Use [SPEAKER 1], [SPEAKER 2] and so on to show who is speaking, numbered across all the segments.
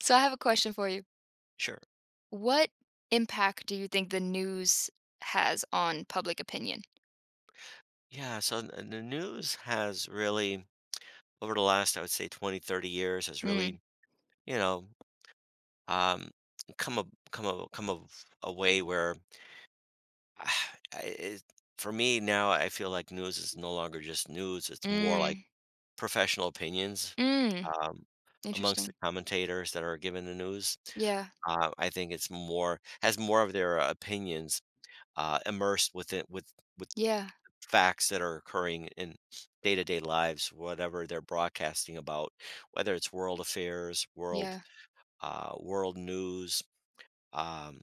[SPEAKER 1] So I have a question for you.
[SPEAKER 2] Sure.
[SPEAKER 1] What impact do you think the news has on public opinion?
[SPEAKER 2] Yeah. So the news has really, over the last, I would say 20, 30 years, has
[SPEAKER 1] Mm,
[SPEAKER 2] really, you know, um, come a, come a way where I, it, for me now, I feel like news is no longer just news. It's more like
[SPEAKER 1] mm,
[SPEAKER 2] professional opinions,
[SPEAKER 1] mm.
[SPEAKER 2] um, amongst the
[SPEAKER 1] Interesting.
[SPEAKER 2] commentators that are given the news.
[SPEAKER 1] Yeah,
[SPEAKER 2] I think it's more, has more of their opinions, immersed with,
[SPEAKER 1] yeah,
[SPEAKER 2] facts that are occurring in day-to-day lives, whatever they're broadcasting about, whether it's world affairs, world
[SPEAKER 1] yeah.
[SPEAKER 2] uh, world news, um,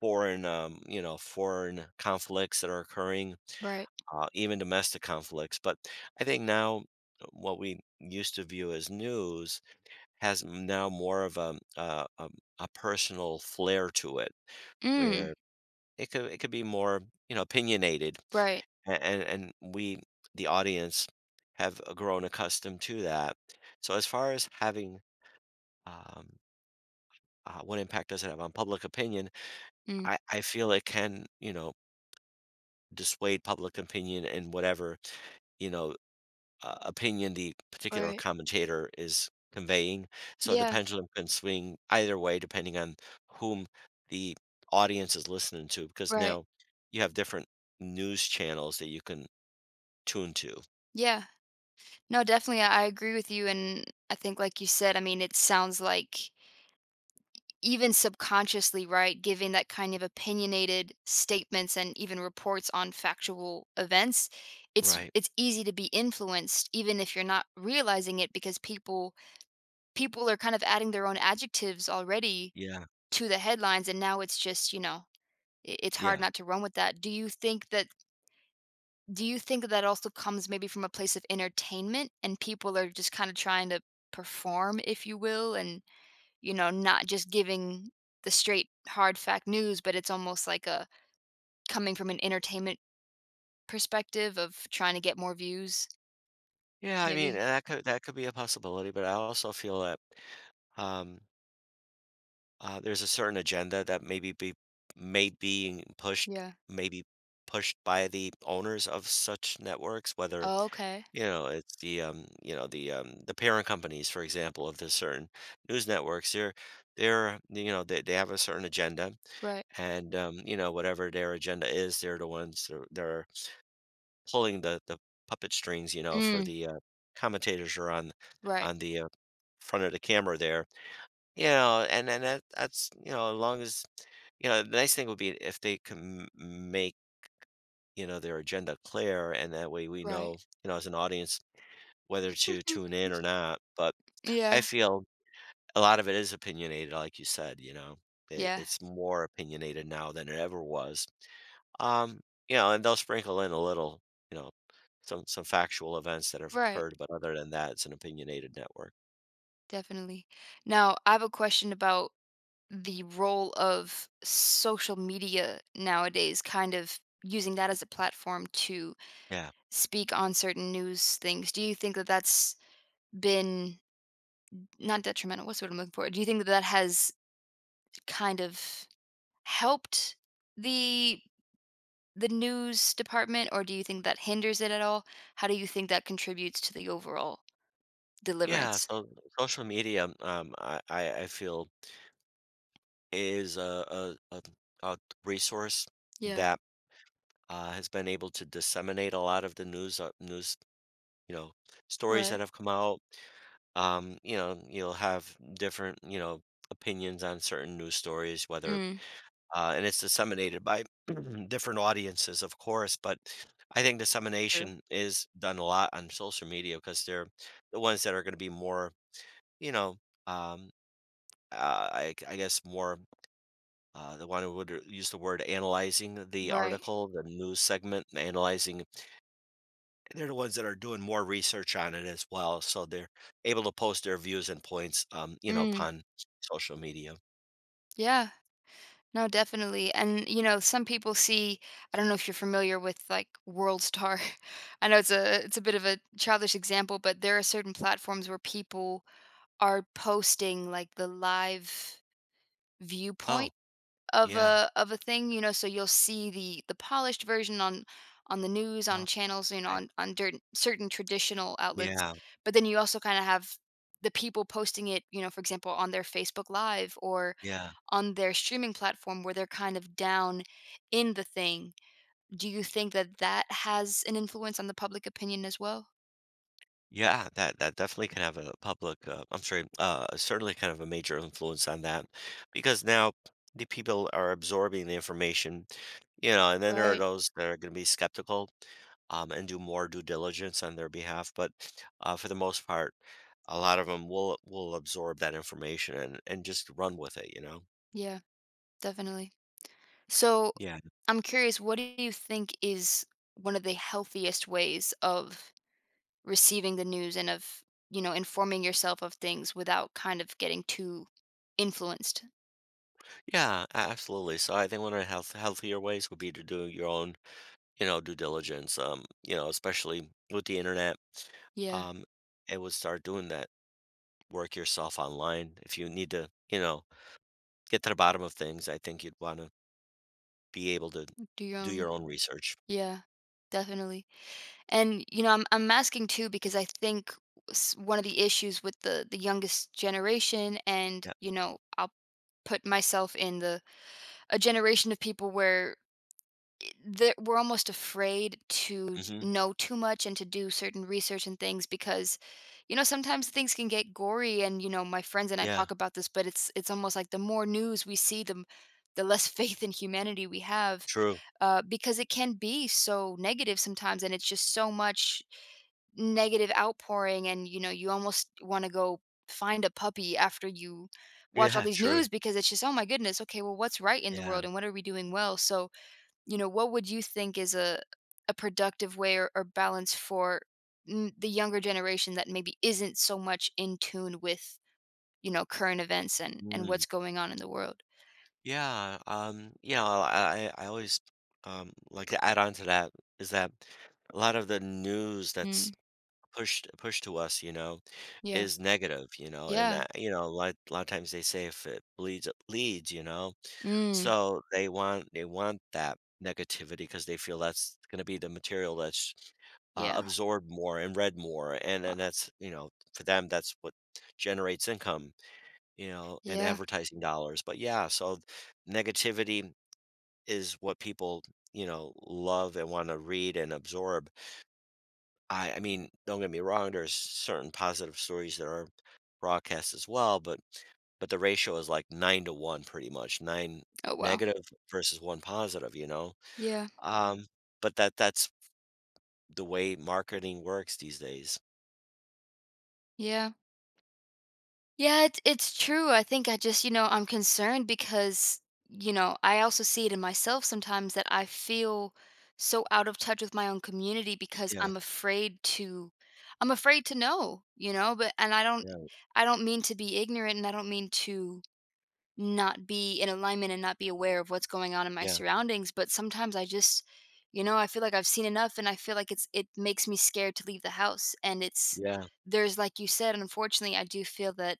[SPEAKER 2] foreign foreign conflicts that are occurring,
[SPEAKER 1] Right.
[SPEAKER 2] even domestic conflicts. But I think now what we used to view as news has now more of a personal flair to it, where
[SPEAKER 1] Mm,
[SPEAKER 2] it could be more, opinionated,
[SPEAKER 1] right.
[SPEAKER 2] a and we, the audience, have, grown accustomed to that. So as far as um, what impact does it have on public opinion,
[SPEAKER 1] Mm,
[SPEAKER 2] I feel it can, dissuade public opinion in whatever, you know, opinion the particular
[SPEAKER 1] right.
[SPEAKER 2] commentator is conveying. So the
[SPEAKER 1] Yeah,
[SPEAKER 2] pendulum can swing either way depending on whom the audience is listening to, because
[SPEAKER 1] right.
[SPEAKER 2] now you have different news channels that you can tuned to,
[SPEAKER 1] Yeah. No, definitely. I agree with you. And I think, like you said, I mean, it sounds like even subconsciously, right, giving that kind of opinionated statements and even reports on factual events, it's
[SPEAKER 2] right?
[SPEAKER 1] it's easy to be influenced even if you're not realizing it because people are kind of adding their own adjectives already
[SPEAKER 2] Yeah,
[SPEAKER 1] to the headlines and now it's just, you know, it's hard
[SPEAKER 2] yeah.
[SPEAKER 1] not to run with that. Do you think that also comes maybe from a place of entertainment and people are just kind of trying to perform, if you will, and you know, not just giving the straight hard fact news, but it's almost like a coming from an entertainment perspective of trying to get more views,
[SPEAKER 2] Yeah, I mean,
[SPEAKER 1] maybe?
[SPEAKER 2] that could be a possibility, but I also feel that, um, there's a certain agenda that may being pushed
[SPEAKER 1] Yeah.
[SPEAKER 2] maybe pushed by the owners of such networks, whether,
[SPEAKER 1] Oh, okay.
[SPEAKER 2] it's the, you know, the parent companies, for example, of the certain news networks, they're, you know, they have a certain agenda,
[SPEAKER 1] Right.
[SPEAKER 2] and, whatever their agenda is, they're the ones they're pulling the puppet strings, for
[SPEAKER 1] Mm,
[SPEAKER 2] the, commentators are on
[SPEAKER 1] right,
[SPEAKER 2] on the, front of the camera there, and that's, as long as the nice thing would be if they can m make, their agenda clear, and that way we
[SPEAKER 1] right.
[SPEAKER 2] know, as an audience whether to
[SPEAKER 1] Mhm.
[SPEAKER 2] tune in or not, but I
[SPEAKER 1] Yeah,
[SPEAKER 2] feel a lot of it is opinionated, like you said, you know? It
[SPEAKER 1] yeah,
[SPEAKER 2] it's more opinionated now than it ever was. Um, and they'll sprinkle in a little, you know, some factual events that have
[SPEAKER 1] right,
[SPEAKER 2] occurred, but other than that, it's an opinionated network.
[SPEAKER 1] definitely. Now, I have a question about the role of social media nowadays, kind of using that as a platform to
[SPEAKER 2] Yeah.
[SPEAKER 1] speak on certain news things. Do you think that that's been not detrimental, what's the word I'm looking for? Do you think that that has kind of helped the the news department, or do you think that hinders it at all? How do you think that contributes to the overall
[SPEAKER 2] Yeah,
[SPEAKER 1] deliverance?
[SPEAKER 2] so social media, I feel is a resource
[SPEAKER 1] Yeah,
[SPEAKER 2] that, has been able to disseminate a lot of the news, news, you know, stories
[SPEAKER 1] right.
[SPEAKER 2] that have come out. You'll have different, opinions on certain news stories, whether
[SPEAKER 1] Mm,
[SPEAKER 2] and it's disseminated by different audiences, of course. But I think
[SPEAKER 1] true.
[SPEAKER 2] dissemination is done a lot on social media because they're the ones that are going to be more, you know, um, I guess more the one who would use the word analyzing the
[SPEAKER 1] Right.
[SPEAKER 2] article, the news segment, and analyzing. They're the ones that are doing more research on it as well, so they're able to post their views and points,
[SPEAKER 1] Mm,
[SPEAKER 2] upon social media.
[SPEAKER 1] yeah. No, definitely. And, you know, some people see I don't know if you're familiar with like WorldStar. I know it's a bit of a childish example, but there are certain platforms where people are posting like the live
[SPEAKER 2] Oh,
[SPEAKER 1] viewpoint of
[SPEAKER 2] yeah.
[SPEAKER 1] a thing, you know, so you'll see the polished version on the news, on channels, you know,
[SPEAKER 2] Okay.
[SPEAKER 1] on dirt, certain traditional outlets,
[SPEAKER 2] Yeah.
[SPEAKER 1] but then you also kind of have the people posting it, you know, for example, on their Facebook Live or
[SPEAKER 2] Yeah.
[SPEAKER 1] on their streaming platform where they're kind of down in the thing. Do you think that that has an influence on the public opinion as well?
[SPEAKER 2] Yeah, that definitely can have a I'm sorry, certainly kind of a major influence on that because now the people are absorbing the information, and then there are
[SPEAKER 1] Right.
[SPEAKER 2] those that are going to be skeptical and do more due diligence on their behalf. But for the most part, a lot of them will absorb that information and just run with it.
[SPEAKER 1] Yeah, definitely. So
[SPEAKER 2] Yeah,
[SPEAKER 1] I'm curious, what do you think is one of the healthiest ways of receiving the news and of, you know, informing yourself of things without kind of getting too influenced?
[SPEAKER 2] yeah, absolutely. So I think one of the healthier ways would be to do your own due diligence, especially with the internet,
[SPEAKER 1] Yeah,
[SPEAKER 2] um, I would start doing that work yourself online. If you need to, get to the bottom of things, I think you'd want to be able to
[SPEAKER 1] do your
[SPEAKER 2] do your
[SPEAKER 1] own.
[SPEAKER 2] own research.
[SPEAKER 1] Yeah, definitely. And you know, I'm asking too because I think one of the issues with the youngest generation, and
[SPEAKER 2] Yeah.
[SPEAKER 1] you know, I'll put myself in the a generation of people where that we're almost afraid to
[SPEAKER 2] Hmm.
[SPEAKER 1] know too much and to do certain research and things because you know sometimes things can get gory and you know my friends and I
[SPEAKER 2] Yeah.
[SPEAKER 1] talk about this but it's almost like the more news we see the the less faith in humanity we have,
[SPEAKER 2] True.
[SPEAKER 1] because it can be so negative sometimes and it's just so much negative outpouring and you know you almost want to go find a puppy after you watch all
[SPEAKER 2] Yeah.
[SPEAKER 1] these
[SPEAKER 2] True.
[SPEAKER 1] news because it's just oh my goodness, okay, well what's right in the
[SPEAKER 2] Yeah.
[SPEAKER 1] world and what are we doing well? So you know, what would you think is a productive way or balance for, mm, the younger generation that maybe isn't so much in tune with you know current events and
[SPEAKER 2] Mm.
[SPEAKER 1] what's going on in the world?
[SPEAKER 2] Yeah. I always like to add on to that is that a lot of the news that's
[SPEAKER 1] Mm,
[SPEAKER 2] pushed to us,
[SPEAKER 1] yeah,
[SPEAKER 2] is negative, and
[SPEAKER 1] yeah,
[SPEAKER 2] that, a lot of times they say if it bleeds, it leads,
[SPEAKER 1] mm,
[SPEAKER 2] so they want that negativity because they feel that's going to be the material that's
[SPEAKER 1] yeah,
[SPEAKER 2] absorbed more and read more, and
[SPEAKER 1] wow,
[SPEAKER 2] that's for them that's what generates income, and
[SPEAKER 1] yeah,
[SPEAKER 2] advertising dollars. But yeah, so negativity is what people love and want to read and absorb. I mean, don't get me wrong, there's certain positive stories that are broadcast as well, but the ratio is like 9 to 1 pretty much. 9
[SPEAKER 1] oh wow,
[SPEAKER 2] negative versus 1 positive, you know?
[SPEAKER 1] yeah,
[SPEAKER 2] Um, but that's the way marketing works these days.
[SPEAKER 1] yeah. Yeah, it's true. I think I just, you know, I'm concerned because, you know, I also see it in myself sometimes that I feel so out of touch with my own community because
[SPEAKER 2] Yeah.
[SPEAKER 1] I'm afraid to know, you know, but and I don't
[SPEAKER 2] Yeah.
[SPEAKER 1] I don't mean to be ignorant and I don't mean to not be in alignment and not be aware of what's going on in my
[SPEAKER 2] Yeah.
[SPEAKER 1] surroundings, but sometimes I just, you know, I feel like I've seen enough and I feel like it's it makes me scared to leave the house and it's
[SPEAKER 2] Yeah.
[SPEAKER 1] there's like you said, unfortunately, I do feel that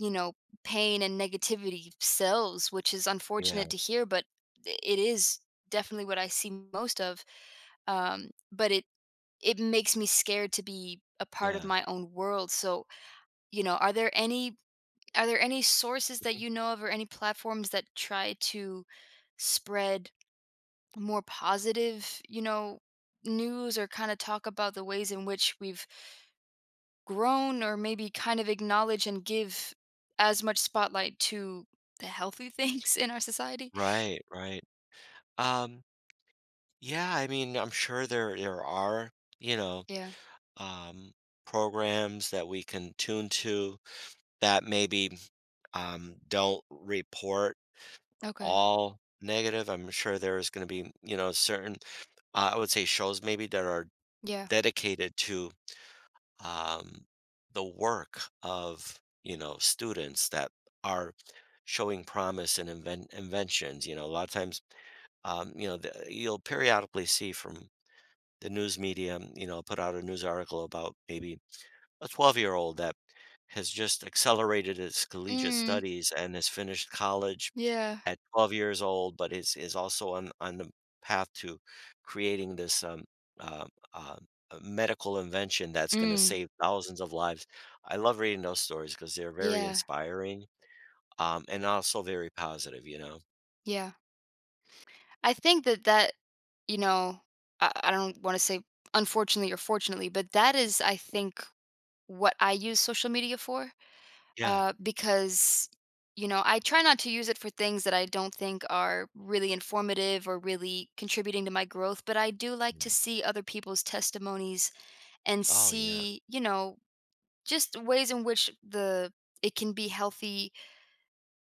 [SPEAKER 1] you know, pain and negativity sells, which is
[SPEAKER 2] Yeah.
[SPEAKER 1] unfortunate to hear, but it is definitely what I see most of. But it it makes me scared to be a part of
[SPEAKER 2] Yeah.
[SPEAKER 1] my own world. So, you know, are there any sources that
[SPEAKER 2] Mhm.
[SPEAKER 1] you know of or any platforms that try to spread more positive, you know, news or kind of talk about the ways in which we've grown or maybe kind of acknowledge and give as much spotlight to the healthy things in our society.
[SPEAKER 2] Right, right. Um, yeah, I mean, I'm sure there are, you know,
[SPEAKER 1] Yeah.
[SPEAKER 2] um, programs that we can tune to that maybe don't report
[SPEAKER 1] Okay.
[SPEAKER 2] all negative. I'm sure there is going to be, certain, I would say, shows maybe that are
[SPEAKER 1] Yeah.
[SPEAKER 2] dedicated to um, the work of, students that are showing promise and inventions. A lot of times, you'll periodically see from the news media, put out a news article about maybe a 12-year-old that has just accelerated his collegiate
[SPEAKER 1] Mm.
[SPEAKER 2] studies and has finished college
[SPEAKER 1] Yeah.
[SPEAKER 2] at 12 years old, but is also on the path to creating this um, um, um, uh, medical invention that's going to
[SPEAKER 1] Mm.
[SPEAKER 2] save thousands of lives. I love reading those stories because they're very
[SPEAKER 1] Yeah.
[SPEAKER 2] inspiring and also very positive. You know,
[SPEAKER 1] Yeah. I think that that, you know, I don't want to say unfortunately or fortunately, but that is, I think, what I use social media for.
[SPEAKER 2] yeah.
[SPEAKER 1] Uh, because you know I try not to use it for things that I don't think are really informative or really contributing to my growth but I do like to
[SPEAKER 2] Right.
[SPEAKER 1] see other people's testimonies and
[SPEAKER 2] Oh yeah.
[SPEAKER 1] see you know just ways in which the it can be healthy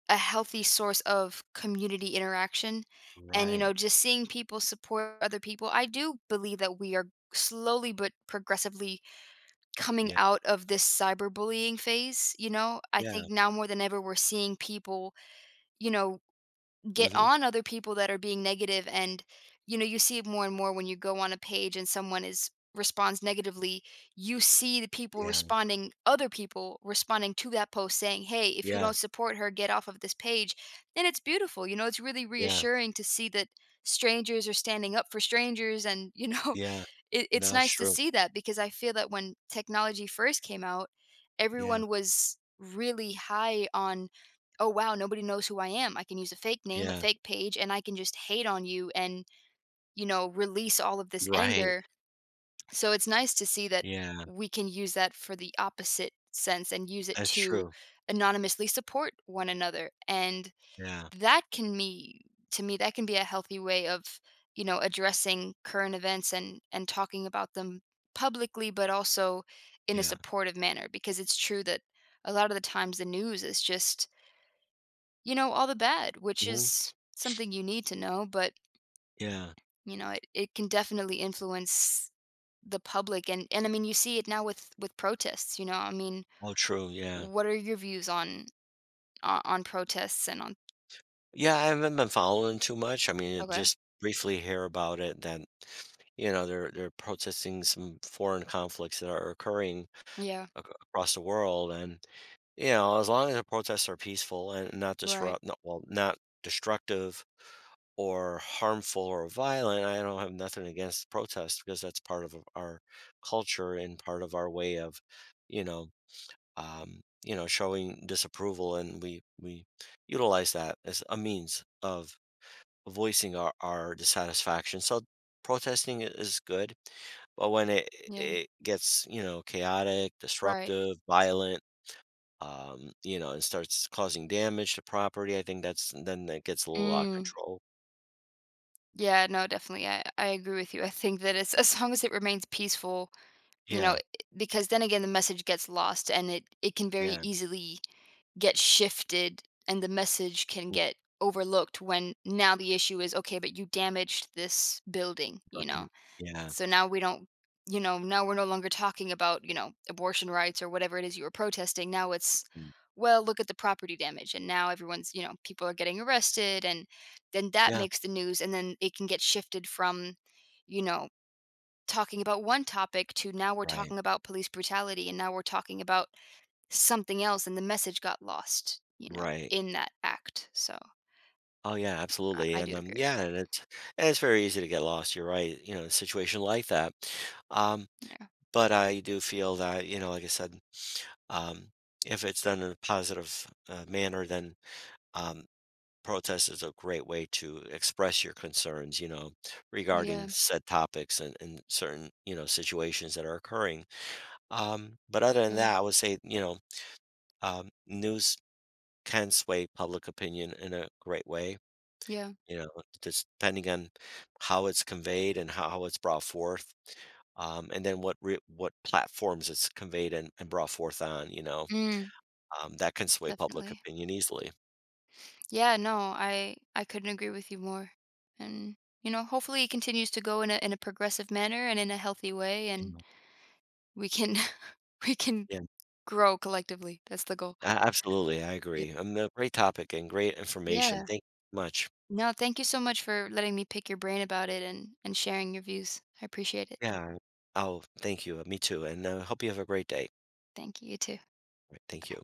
[SPEAKER 1] a healthy source of community interaction and you
[SPEAKER 2] Right.
[SPEAKER 1] know just seeing people support other people I do believe that we are slowly but progressively coming
[SPEAKER 2] Yeah.
[SPEAKER 1] out of this cyberbullying phase, you know? I
[SPEAKER 2] Yeah.
[SPEAKER 1] think now more than ever we're seeing people, you know, get
[SPEAKER 2] Hmm.
[SPEAKER 1] on other people that are being negative and you know, you see it more and more when you go on a page and someone is responds negatively, you see the people
[SPEAKER 2] Yeah.
[SPEAKER 1] responding other people responding to that post saying, "Hey, if you
[SPEAKER 2] Yeah.
[SPEAKER 1] don't support her, get off of this page." And it's beautiful. You know, it's really
[SPEAKER 2] Yeah.
[SPEAKER 1] reassuring to see that strangers are standing up for strangers and, you know,
[SPEAKER 2] Yeah.
[SPEAKER 1] it's
[SPEAKER 2] No, it's
[SPEAKER 1] nice to
[SPEAKER 2] true.
[SPEAKER 1] see that because I feel that when technology first came out,
[SPEAKER 2] Yeah.
[SPEAKER 1] everyone was really high on, "Oh, wow, nobody knows who I am. I can use a fake name, a
[SPEAKER 2] Yeah.
[SPEAKER 1] fake page, and I can just hate on you and, you know, release all of this
[SPEAKER 2] Right.
[SPEAKER 1] anger." So it's nice to see that
[SPEAKER 2] Yeah.
[SPEAKER 1] we can use that for the opposite sense and use it
[SPEAKER 2] That's
[SPEAKER 1] to
[SPEAKER 2] true.
[SPEAKER 1] anonymously support one another. And
[SPEAKER 2] Yeah,
[SPEAKER 1] that can be to me that can be a healthy way of you know addressing current events and talking about them publicly but also in a
[SPEAKER 2] yeah.
[SPEAKER 1] supportive manner because it's true that a lot of the times the news is just you know all the bad which
[SPEAKER 2] Mhm,
[SPEAKER 1] is something you need to know but
[SPEAKER 2] yeah.
[SPEAKER 1] you know it, it can definitely influence the public and I mean you see it now with protests you know I mean
[SPEAKER 2] Oh, true, yeah.
[SPEAKER 1] what are your views on on protests and on
[SPEAKER 2] Yeah, I haven't been following too much, I mean, I
[SPEAKER 1] okay
[SPEAKER 2] just briefly hear about it that, they're protesting some foreign conflicts that are occurring
[SPEAKER 1] yeah
[SPEAKER 2] ac across the world, and, as long as the protests are peaceful and not
[SPEAKER 1] right
[SPEAKER 2] disrupt no well, not destructive or harmful or violent, I don't have nothing against protests because that's part of our culture and part of our way of, you know, showing disapproval, and we utilize that as a means of voicing our dissatisfaction. So protesting is good, but when it
[SPEAKER 1] yeah
[SPEAKER 2] it gets chaotic,
[SPEAKER 1] right
[SPEAKER 2] disruptive, violent, and starts causing damage to property, I think that's then that gets a little out of
[SPEAKER 1] mm.
[SPEAKER 2] control.
[SPEAKER 1] Yeah, no, definitely. I agree with you. I think that it's as long as it remains peaceful, you know,
[SPEAKER 2] Yeah,
[SPEAKER 1] because then again the message gets lost and it can very
[SPEAKER 2] yeah,
[SPEAKER 1] easily get shifted and the message can get overlooked when now the issue is okay, but you damaged this building, you
[SPEAKER 2] right,
[SPEAKER 1] know.
[SPEAKER 2] yeah,
[SPEAKER 1] So now we don't, you know, now we're no longer talking about, you know, abortion rights or whatever it is you were protesting. Now it's,
[SPEAKER 2] mm,
[SPEAKER 1] well, look at the property damage. And now everyone's, you know, people are getting arrested. And then that
[SPEAKER 2] yeah,
[SPEAKER 1] makes the news. And then it can get shifted from, you know, talking about one topic to now we're
[SPEAKER 2] right,
[SPEAKER 1] talking about police brutality. And now we're talking about something else. And the message got lost, you know,
[SPEAKER 2] right.
[SPEAKER 1] in that act. So
[SPEAKER 2] Oh, yeah,
[SPEAKER 1] I,
[SPEAKER 2] absolutely,
[SPEAKER 1] I do
[SPEAKER 2] and,
[SPEAKER 1] agree
[SPEAKER 2] um,
[SPEAKER 1] with
[SPEAKER 2] yeah,
[SPEAKER 1] that.
[SPEAKER 2] and it's and it's very easy to get lost, you're right, in a situation like that, um,
[SPEAKER 1] Yeah.
[SPEAKER 2] but I do feel that, like I said, um, if it's done in a positive, manner, then, um, protest is a great way to express your concerns, regarding
[SPEAKER 1] Yeah.
[SPEAKER 2] said topics and certain, situations that are occurring, but other than
[SPEAKER 1] Mm.
[SPEAKER 2] that, I would say, news can sway public opinion in a great way.
[SPEAKER 1] Yeah.
[SPEAKER 2] You know, just depending on how it's conveyed and how it's brought forth, and then what platforms it's conveyed and brought forth on,
[SPEAKER 1] Mm,
[SPEAKER 2] that can sway public
[SPEAKER 1] definitely.
[SPEAKER 2] opinion easily.
[SPEAKER 1] Yeah, no, I couldn't agree with you more. And you know, hopefully it continues to go in a progressive manner and in a healthy way and
[SPEAKER 2] You
[SPEAKER 1] we can we can
[SPEAKER 2] Yeah,
[SPEAKER 1] grow collectively. That's the goal.
[SPEAKER 2] a absolutely, I
[SPEAKER 1] Yeah.
[SPEAKER 2] agree. A great topic and great information.
[SPEAKER 1] Yeah.
[SPEAKER 2] Thank you so much.
[SPEAKER 1] No, thank you so much for letting me pick your brain about it and sharing your views. I appreciate it.
[SPEAKER 2] Yeah. Oh, thank you. Me too, and I hope you have a great day.
[SPEAKER 1] Thank you, you too.
[SPEAKER 2] Thank you.